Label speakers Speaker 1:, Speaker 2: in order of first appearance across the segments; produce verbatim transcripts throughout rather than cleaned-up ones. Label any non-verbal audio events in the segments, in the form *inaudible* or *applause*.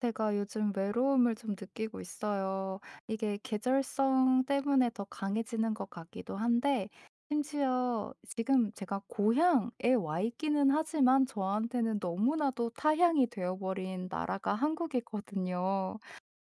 Speaker 1: 제가 요즘 외로움을 좀 느끼고 있어요. 이게 계절성 때문에 더 강해지는 것 같기도 한데, 심지어 지금 제가 고향에 와 있기는 하지만 저한테는 너무나도 타향이 되어버린 나라가 한국이거든요.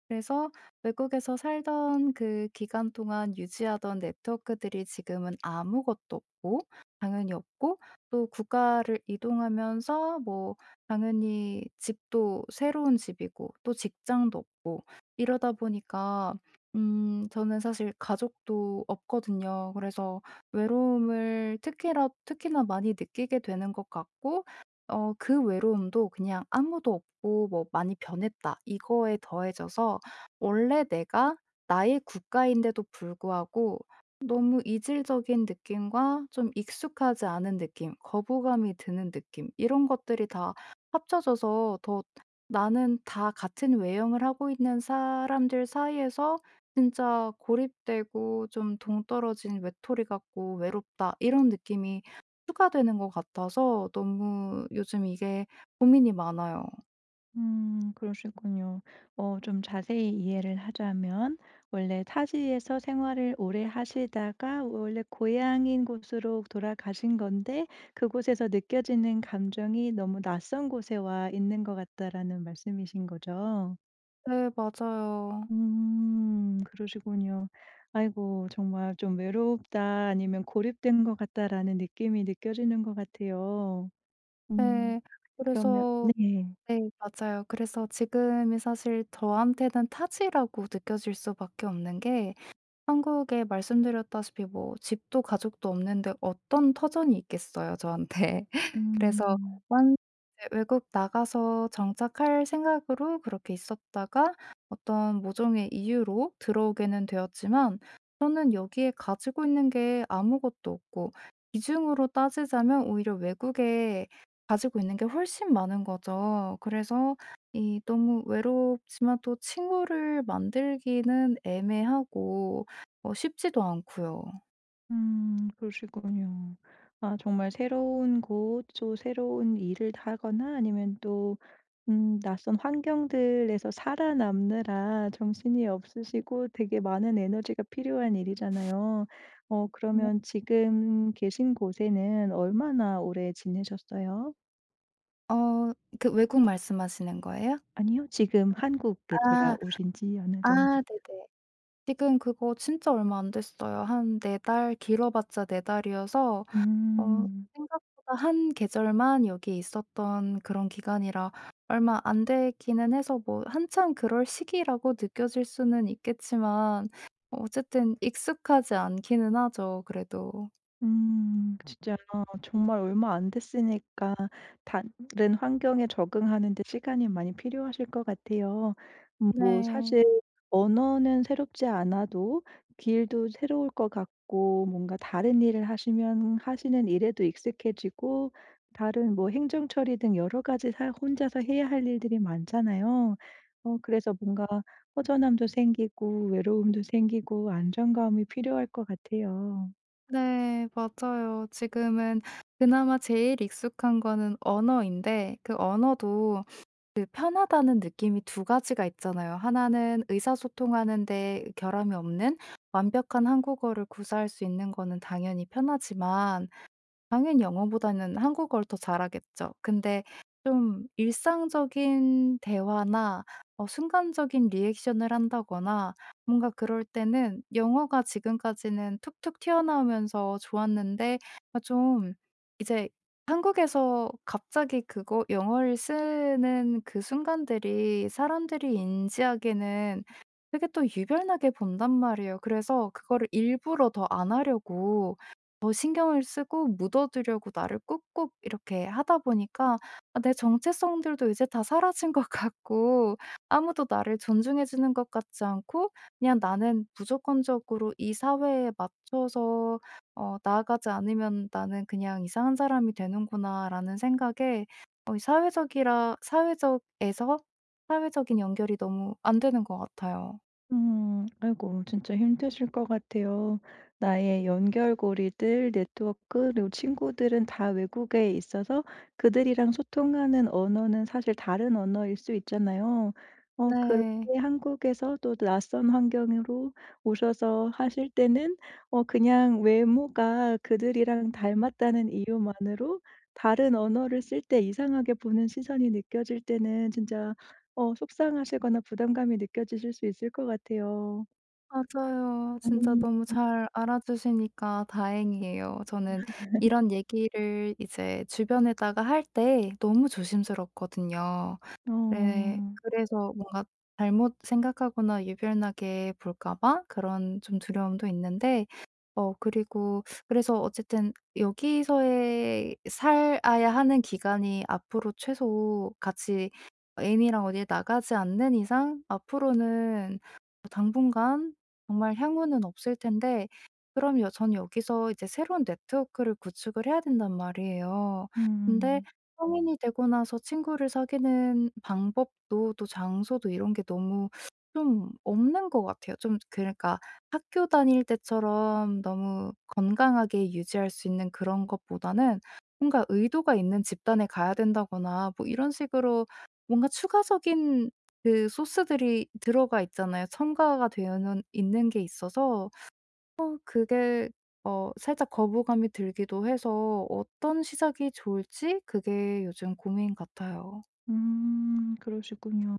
Speaker 1: 그래서 외국에서 살던 그 기간 동안 유지하던 네트워크들이 지금은 아무것도 없고 당연히 없고, 또 국가를 이동하면서 뭐 당연히 집도 새로운 집이고 또 직장도 없고 이러다 보니까 음 저는 사실 가족도 없거든요. 그래서 외로움을 특히나 특히나 많이 느끼게 되는 것 같고 어 그 외로움도 그냥 '아무도 없고 뭐 많이 변했다.' 이거에 더해져서 원래 내가 나의 국가인데도 불구하고 너무 이질적인 느낌과 좀 익숙하지 않은 느낌, 거부감이 드는 느낌 이런 것들이 다 합쳐져서 더 나는 다 같은 외형을 하고 있는 사람들 사이에서 진짜 고립되고 좀 동떨어진 외톨이 같고 외롭다 이런 느낌이 추가되는 것 같아서 너무 요즘 이게 고민이 많아요.
Speaker 2: 음 그러시군요. 어 좀 자세히 이해를 하자면 원래 타지에서 생활을 오래 하시다가 원래 고향인 곳으로 돌아가신 건데 그곳에서 느껴지는 감정이 너무 낯선 곳에 와 있는 것 같다라는 말씀이신 거죠?
Speaker 1: 네, 맞아요.
Speaker 2: 음 그러시군요. 아이고 정말 좀 '외롭다.' 아니면 '고립된 것 같다.'라는 느낌이 느껴지는 것 같아요. 음
Speaker 1: 네.
Speaker 2: 그러면
Speaker 1: 그래서
Speaker 2: 네.
Speaker 1: 네 맞아요. 그래서 지금이 사실 저한테는 타지라고 느껴질 수밖에 없는 게 한국에 말씀드렸다시피 뭐 집도 가족도 없는데 어떤 터전이 있겠어요, 저한테. *laughs* 그래서
Speaker 2: 음.
Speaker 1: 완 이제 외국 나가서 정착할 생각으로 그렇게 있었다가 어떤 모종의 이유로 들어오게는 되었지만 저는 여기에 가지고 있는 게 아무것도 없고, 비중으로 따지자면 오히려 외국에 가지고 있는 게 훨씬 많은 거죠. 그래서 이 너무 외롭지만 또 친구를 만들기는 애매하고 어 쉽지도 않고요.
Speaker 2: 음 그러시군요. 아 정말 새로운 곳 또 새로운 일을 하거나 아니면 또 음 낯선 환경들에서 살아남느라 정신이 없으시고 되게 많은 에너지가 필요한 일이잖아요. 어
Speaker 1: 뭐
Speaker 2: 그러면 지금 계신 곳에는 얼마나 오래 지내셨어요?
Speaker 1: 어 그 외국 말씀하시는 거예요?
Speaker 2: 아니요, 지금 한국에
Speaker 1: 아.
Speaker 2: 돌아오신 지 어느 정도?
Speaker 1: 아 네네. 지금 그거 진짜 얼마 안 됐어요. 한 네 달, 길어봤자 네 달이어서 어
Speaker 2: 음.
Speaker 1: 생각보다 한 계절만 여기에 있었던 그런 기간이라 얼마 안 되기는 해서 뭐 한참 그럴 시기라고 느껴질 수는 있겠지만 어쨌든 익숙하지 않기는 하죠 그래도.
Speaker 2: 음. 음. 진짜 어, 정말 얼마 안 됐으니까 다른 환경에 적응하는 데 시간이 많이 필요하실 것 같아요. 음 뭐
Speaker 1: 네.
Speaker 2: 사실 언어는 새롭지 않아도 길도 새로울 것 같고 뭔가 다른 일을 하시면 하시는 일에도 익숙해지고 다른 뭐 행정 처리 등 여러 가지 사 혼자서 해야 할 일들이 많잖아요. 어 그래서 뭔가 허전함도 생기고 외로움도 생기고 안정감이 필요할 것 같아요.
Speaker 1: 네. 맞아요. 지금은 그나마 제일 익숙한 거는 언어인데 그 언어도 그 편하다는 느낌이 두 가지가 있잖아요. 하나는 의사소통하는 데 결함이 없는 완벽한 한국어를 구사할 수 있는 거는 당연히 편하지만, 당연히 영어보다는 한국어를 더 잘하겠죠. 근데 좀 일상적인 대화나 어 순간적인 리액션을 한다거나 뭔가 그럴 때는 영어가 지금까지는 툭툭 튀어나오면서 좋았는데, 아 좀 이제 한국에서 갑자기 그거 영어를 쓰는 그 순간들이 사람들이 인지하기에는 되게 또 유별나게 본단 말이에요. 그래서 그거를 일부러 더 안 하려고 더 신경을 쓰고 묻어 두려고 나를 꾹꾹 이렇게 하다 보니까 아 내 정체성들도 이제 다 사라진 것 같고 아무도 나를 존중해 주는 것 같지 않고 그냥 나는 무조건적으로 이 사회에 맞춰서 어 '나아가지 않으면 나는 그냥 이상한 사람이 되는구나.'라는 생각에 어 이 사회적이라 사회적에서 사회적인 연결이 너무 안 되는 것 같아요.
Speaker 2: 음. 아이고 진짜 힘드실 것 같아요. 나의 연결고리들, 네트워크 그리고 친구들은 다 외국에 있어서 그들이랑 소통하는 언어는 사실 다른 언어일 수 있잖아요. 어 그렇게
Speaker 1: 네.
Speaker 2: 한국에서 또 낯선 환경으로 오셔서 하실 때는 어 그냥 외모가 그들이랑 닮았다는 이유만으로 다른 언어를 쓸 때 이상하게 보는 시선이 느껴질 때는 진짜 어 속상하시거나 부담감이 느껴지실 수 있을 것 같아요.
Speaker 1: 맞아요. 진짜
Speaker 2: 음.
Speaker 1: 너무 잘 알아주시니까 다행이에요. 저는 이런 얘기를 이제 주변에다가 할 때 너무 조심스럽거든요.
Speaker 2: 어.
Speaker 1: 네.
Speaker 2: 음.
Speaker 1: 그래서 뭔가 잘못 생각하거나 유별나게 볼까 봐 그런 좀 두려움도 있는데 어 그리고 그래서 어쨌든 여기서의 살아야 하는 기간이 앞으로 최소 같이 애인이랑 어디에 나가지 않는 이상 앞으로는 뭐 당분간 정말 향후는 없을 텐데, 그럼 여 전 여기서 이제 새로운 네트워크를 구축을 해야 된단 말이에요. 근데
Speaker 2: 음.
Speaker 1: 성인이 되고 나서 친구를 사귀는 방법도 또 장소도 이런 게 너무 좀 없는 것 같아요. 좀 그러니까 학교 다닐 때처럼 너무 건강하게 유지할 수 있는 그런 것보다는 뭔가 의도가 있는 집단에 가야 된다거나 뭐 이런 식으로 뭔가 추가적인 그 소스들이 들어가 있잖아요. 첨가가 되어는 있는 게 있어서 어 그게 어 살짝 거부감이 들기도 해서 어떤 시작이 좋을지 그게 요즘 고민 같아요.
Speaker 2: 음, 그러시군요.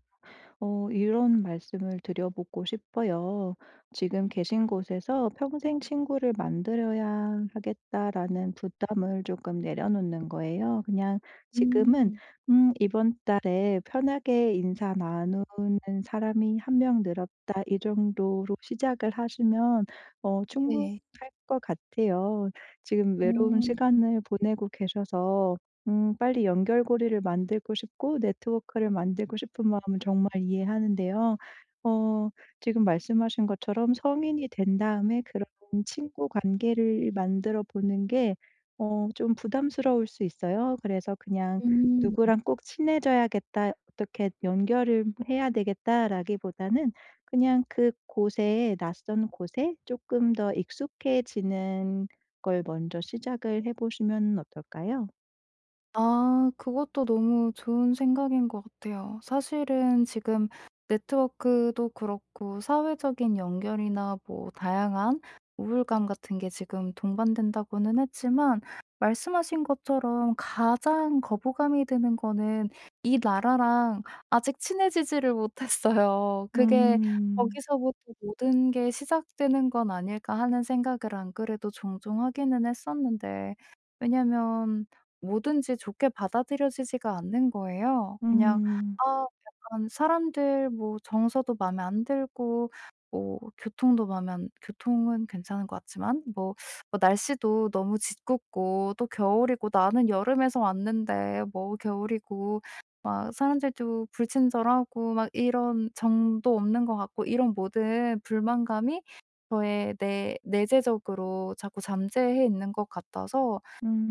Speaker 2: 어, 이런 말씀을 드려보고 싶어요. 지금 계신 곳에서 평생 친구를 만들어야 하겠다라는 부담을 조금 내려놓는 거예요. 그냥 지금은,
Speaker 1: 음.
Speaker 2: 음, 이번 달에 편하게 인사 나누는 사람이 한 명 늘었다. 이 정도로 시작을 하시면, 어, 충분할
Speaker 1: 네.
Speaker 2: 것 같아요. 지금
Speaker 1: 어.
Speaker 2: 외로운 시간을 보내고 계셔서 음 빨리 연결고리를 만들고 싶고 네트워크를 만들고 싶은 마음은 정말 이해하는데요. 어 지금 말씀하신 것처럼 성인이 된 다음에 그런 친구 관계를 만들어 보는 게 어 좀 부담스러울 수 있어요. 그래서 그냥
Speaker 1: 음.
Speaker 2: '누구랑 꼭 친해져야겠다. 어떻게 연결을 해야 되겠다.'라기보다는 그냥 그곳에, 낯선 곳에 조금 더 익숙해지는 걸 먼저 시작을 해 보시면 어떨까요?
Speaker 1: 아 그것도 너무 좋은 생각인 것 같아요. 사실은 지금 네트워크도 그렇고 사회적인 연결이나 뭐 다양한 우울감 같은 게 지금 동반된다고는 했지만 말씀하신 것처럼 가장 거부감이 드는 거는 이 나라랑 아직 친해지지를 못했어요. 그게
Speaker 2: 음.
Speaker 1: '거기서부터 모든 게 시작되는 건 아닐까.' 하는 생각을 안 그래도 종종 하기는 했었는데, 왜냐면 뭐든지 좋게 받아들여지지가 않는 거예요. 그냥
Speaker 2: 음.
Speaker 1: 아 약간 사람들 뭐 정서도 마음에 안 들고, 뭐 교통도 마음에 안, 교통은 괜찮은 것 같지만 뭐 뭐 날씨도 너무 짓궂고 또 겨울이고, 나는 여름에서 왔는데 뭐 겨울이고, 막 사람들도 불친절하고 막 이런 정도 없는 것 같고, 이런 모든 불만감이 저의 내 내재적으로 자꾸 잠재해 있는 것 같아서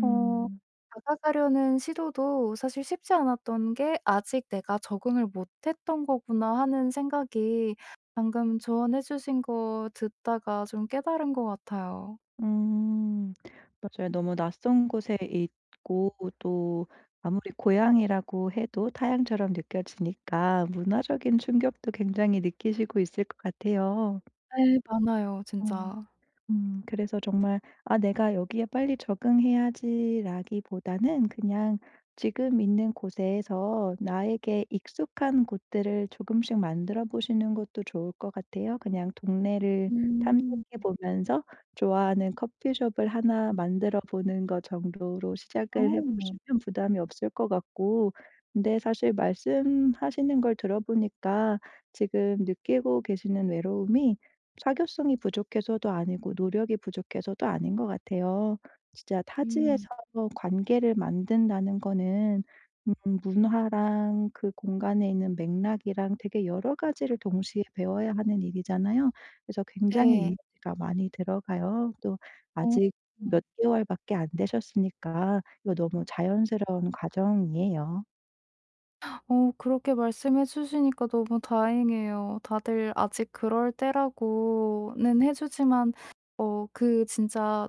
Speaker 1: 어 다가가려는 시도도 사실 쉽지 않았던 게 '아직 내가 적응을 못 했던 거구나.' 하는 생각이 방금 조언해 주신 거 듣다가 좀 깨달은 것 같아요.
Speaker 2: 음. 맞아요. 너무 낯선 곳에 있고 또 아무리 고향이라고 해도 타향처럼 느껴지니까 문화적인 충격도 굉장히 느끼시고 있을 것 같아요.
Speaker 1: 네 많아요
Speaker 2: 어.
Speaker 1: 진짜.
Speaker 2: 음 그래서 정말 '아 내가 여기에 빨리 적응해야지.'라기보다는 그냥 지금 있는 곳에서 나에게 익숙한 곳들을 조금씩 만들어 보시는 것도 좋을 것 같아요. 그냥 동네를
Speaker 1: 음.
Speaker 2: 탐색해 보면서 좋아하는 커피숍을 하나 만들어 보는 것 정도로 시작을 해
Speaker 1: 어.
Speaker 2: 보시면 부담이 없을 것 같고, 근데 사실 말씀하시는 걸 들어 보니까 지금 느끼고 계시는 외로움이 사교성이 부족해서도 아니고 노력이 부족해서도 아닌 것 같아요. 진짜
Speaker 1: 음.
Speaker 2: 타지에서 관계를 만든다는 거는 음 문화랑 그 공간에 있는 맥락이랑 되게 여러 가지를 동시에 배워야 하는 일이잖아요. 그래서 굉장히
Speaker 1: 네.
Speaker 2: 에너지가 많이 들어가요. 또
Speaker 1: 어.
Speaker 2: 아직 몇 개월밖에 안 되셨으니까 이거 너무 자연스러운 과정이에요.
Speaker 1: 어 그렇게 말씀해 주시니까 너무 다행이에요. 다들 아직 그럴 때라고는 해 주지만 어 그 진짜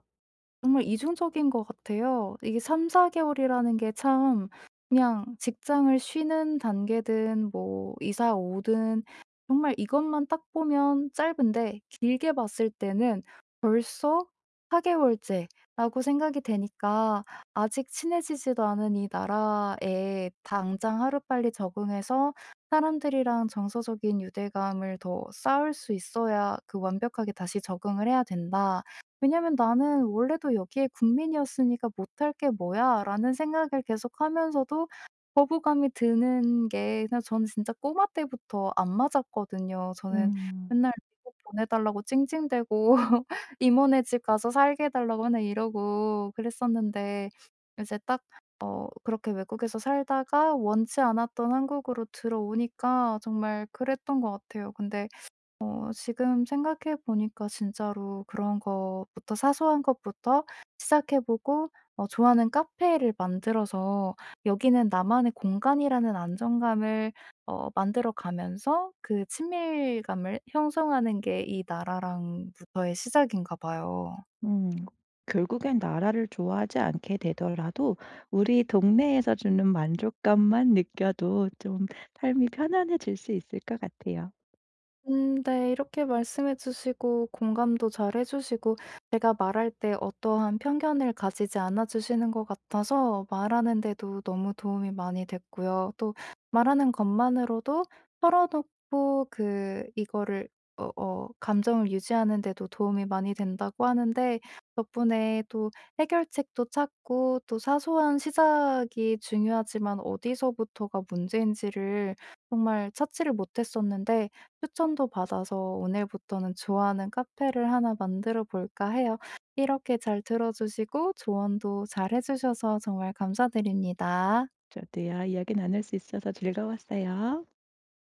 Speaker 1: 정말 이중적인 것 같아요. 이게 삼사 개월이라는 게 참 그냥 직장을 쉬는 단계든 뭐 이사 오든 정말 이것만 딱 보면 짧은데, 길게 봤을 때는 벌써 사 개월째라고 생각이 되니까 아직 친해지지도 않은 이 나라에 당장 하루빨리 적응해서 사람들이랑 정서적인 유대감을 더 쌓을 수 있어야 그 완벽하게 다시 적응을 해야 된다. 왜냐면 '나는 원래도 여기에 국민이었으니까 못할 게 뭐야.'라는 생각을 계속하면서도 거부감이 드는 게, 그냥 저는 진짜 꼬마 때부터 안 맞았거든요. 저는
Speaker 2: 음.
Speaker 1: 맨날 미국 보내 달라고 찡찡대고 *laughs* 이모네 집 가서 살게 해 달라고 맨날 이러고 그랬었는데, 이제 딱 어 그렇게 외국에서 살다가 원치 않았던 한국으로 들어오니까 정말 그랬던 것 같아요. 근데 어 지금 생각해 보니까 진짜로 그런 것부터 사소한 것부터 시작해 보고 어 좋아하는 카페를 만들어서 여기는 나만의 공간이라는 안정감을 어 만들어 가면서 그 친밀감을 형성하는 게 이 나라랑부터의 시작인가 봐요.
Speaker 2: 음. 결국엔 나라를 좋아하지 않게 되더라도 우리 동네에서 주는 만족감만 느껴도 좀 삶이 편안해질 수 있을 것 같아요.
Speaker 1: 음 네. 이렇게 말씀해 주시고 공감도 잘해 주시고 제가 말할 때 어떠한 편견을 가지지 않아 주시는 것 같아서 말하는 데도 너무 도움이 많이 됐고요. 또 말하는 것만으로도 털어놓고 그 이거를 어 어 감정을 유지하는 데도 도움이 많이 된다고 하는데 덕분에 또 해결책도 찾고 또 사소한 시작이 중요하지만 어디서부터가 문제인지를 정말 찾지를 못했었는데 추천도 받아서 오늘부터는 좋아하는 카페를 하나 만들어 볼까 해요. 이렇게 잘 들어주시고 조언도 잘 해주셔서 정말 감사드립니다.
Speaker 2: 저도요. 이야기 나눌 수 있어서 즐거웠어요.